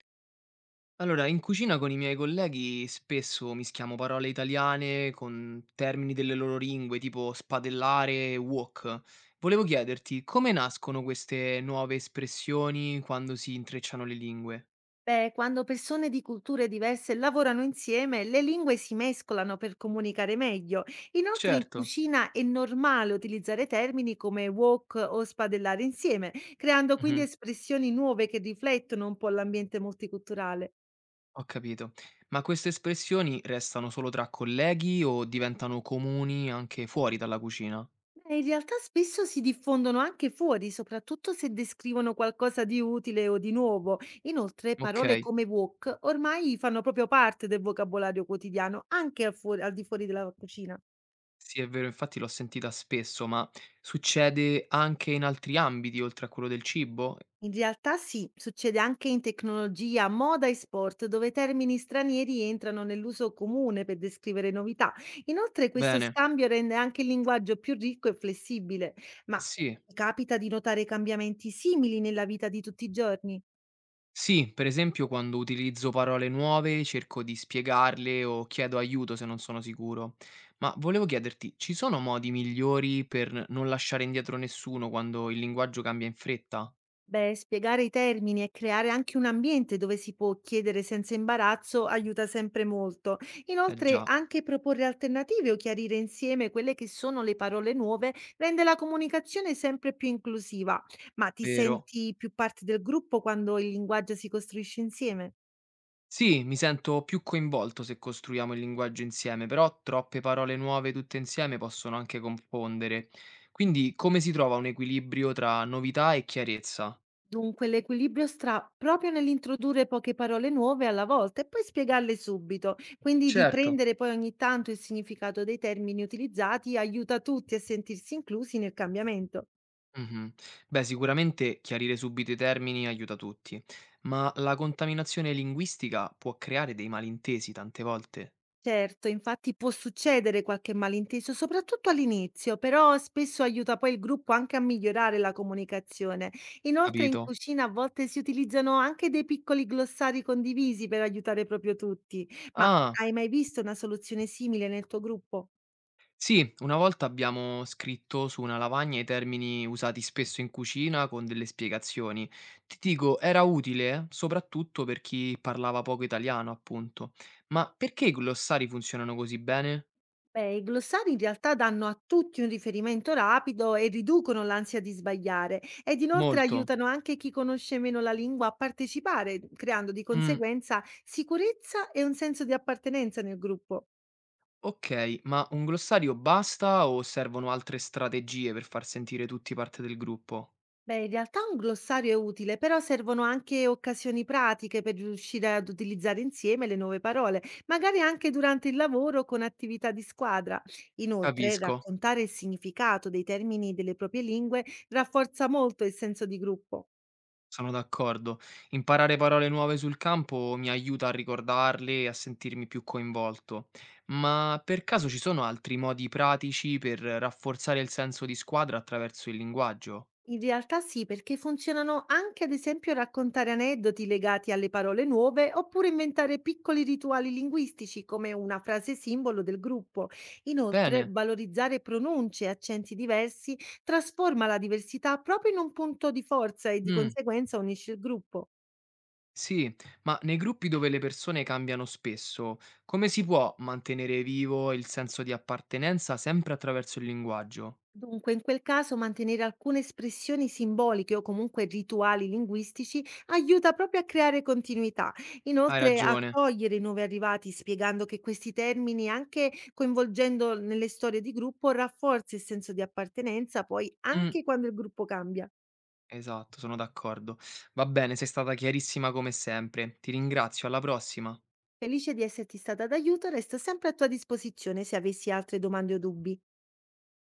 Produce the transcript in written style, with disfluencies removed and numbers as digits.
Allora, in cucina con i miei colleghi spesso mischiamo parole italiane con termini delle loro lingue, tipo spadellare e wok. Volevo chiederti come nascono queste nuove espressioni quando si intrecciano le lingue? Beh, quando persone di culture diverse lavorano insieme, le lingue si mescolano per comunicare meglio. Inoltre, in Certo, cucina è normale utilizzare termini come wok o spadellare insieme, creando quindi mhm, espressioni nuove che riflettono un po' l'ambiente multiculturale. ho capito. Ma queste espressioni restano solo tra colleghi o diventano comuni anche fuori dalla cucina? In realtà spesso si diffondono anche fuori, soprattutto se descrivono qualcosa di utile o di nuovo. Inoltre, Ok, parole come wok ormai fanno proprio parte del vocabolario quotidiano, al di fuori della cucina. sì, è vero, infatti l'ho sentita spesso, ma succede anche in altri ambiti oltre a quello del cibo? In realtà sì, succede anche in tecnologia, moda e sport, dove termini stranieri entrano nell'uso comune per descrivere novità. Inoltre questo Bene. scambio rende anche il linguaggio più ricco e flessibile, Eh ma sì. capita di notare cambiamenti simili nella vita di tutti i giorni? Sì, per esempio quando utilizzo parole nuove cerco di spiegarle o chiedo aiuto se non sono sicuro. Ma volevo chiederti, ci sono modi migliori per non lasciare indietro nessuno quando il linguaggio cambia in fretta? Beh, spiegare i termini e creare anche un ambiente dove si può chiedere senza imbarazzo aiuta sempre molto. Eh Inoltre, già, anche proporre alternative o chiarire insieme quelle che sono le parole nuove rende la comunicazione sempre più inclusiva. Ma ti vero? senti più parte del gruppo quando il linguaggio si costruisce insieme? Sì, mi sento più coinvolto se costruiamo il linguaggio insieme, però troppe parole nuove tutte insieme possono anche confondere. Quindi come si trova un equilibrio tra novità e chiarezza? Dunque, l'equilibrio stra proprio nell'introdurre poche parole nuove alla volta e poi spiegarle subito. Quindi Certo. riprendere poi ogni tanto il significato dei termini utilizzati aiuta tutti a sentirsi inclusi nel cambiamento. Mh-mh. Beh, sicuramente chiarire subito i termini aiuta tutti, ma la contaminazione linguistica può creare dei malintesi tante volte, Certo, infatti può succedere qualche malinteso, soprattutto all'inizio, però spesso aiuta poi il gruppo anche a migliorare la comunicazione. Inoltre in capito? cucina a volte si utilizzano anche dei piccoli glossari condivisi per aiutare proprio tutti. Ma Ah, hai mai visto una soluzione simile nel tuo gruppo? sì, una volta abbiamo scritto su una lavagna i termini usati spesso in cucina con delle spiegazioni. Ti dico, era utile soprattutto per chi parlava poco italiano, appunto. Ma perché i glossari funzionano così bene? Beh, i glossari in realtà danno a tutti un riferimento rapido e riducono l'ansia di sbagliare ed inoltre Molto. aiutano anche chi conosce meno la lingua a partecipare, creando di Mh. conseguenza sicurezza e un senso di appartenenza nel gruppo. Okay, ma un glossario basta o servono altre strategie per far sentire tutti parte del gruppo? Beh, in realtà un glossario è utile, però servono anche occasioni pratiche per riuscire ad utilizzare insieme le nuove parole, magari anche durante il lavoro con attività di squadra. Inoltre, Capisco, raccontare il significato dei termini delle proprie lingue rafforza molto il senso di gruppo. sono d'accordo. Imparare parole nuove sul campo mi aiuta a ricordarle e a sentirmi più coinvolto. Ma per caso ci sono altri modi pratici per rafforzare il senso di squadra attraverso il linguaggio? In realtà sì, perché funzionano anche ad esempio raccontare aneddoti legati alle parole nuove oppure inventare piccoli rituali linguistici come una frase simbolo del gruppo. Inoltre, Bene. valorizzare pronunce e accenti diversi trasforma la diversità proprio in un punto di forza e di Mh, conseguenza unisce il gruppo. sì, ma nei gruppi dove le persone cambiano spesso, come si può mantenere vivo il senso di appartenenza sempre attraverso il linguaggio? Dunque, in quel caso mantenere alcune espressioni simboliche o comunque rituali linguistici aiuta proprio a creare continuità. Hai Inoltre, ragione. accogliere i nuovi arrivati spiegando che questi termini, anche coinvolgendo nelle storie di gruppo, rafforza il senso di appartenenza, poi Mh, anche quando il gruppo cambia. esatto, sono d'accordo. Va bene, sei stata chiarissima come sempre. Ti ringrazio, alla prossima. Felice di esserti stata d'aiuto, resto sempre a tua disposizione se avessi altre domande o dubbi.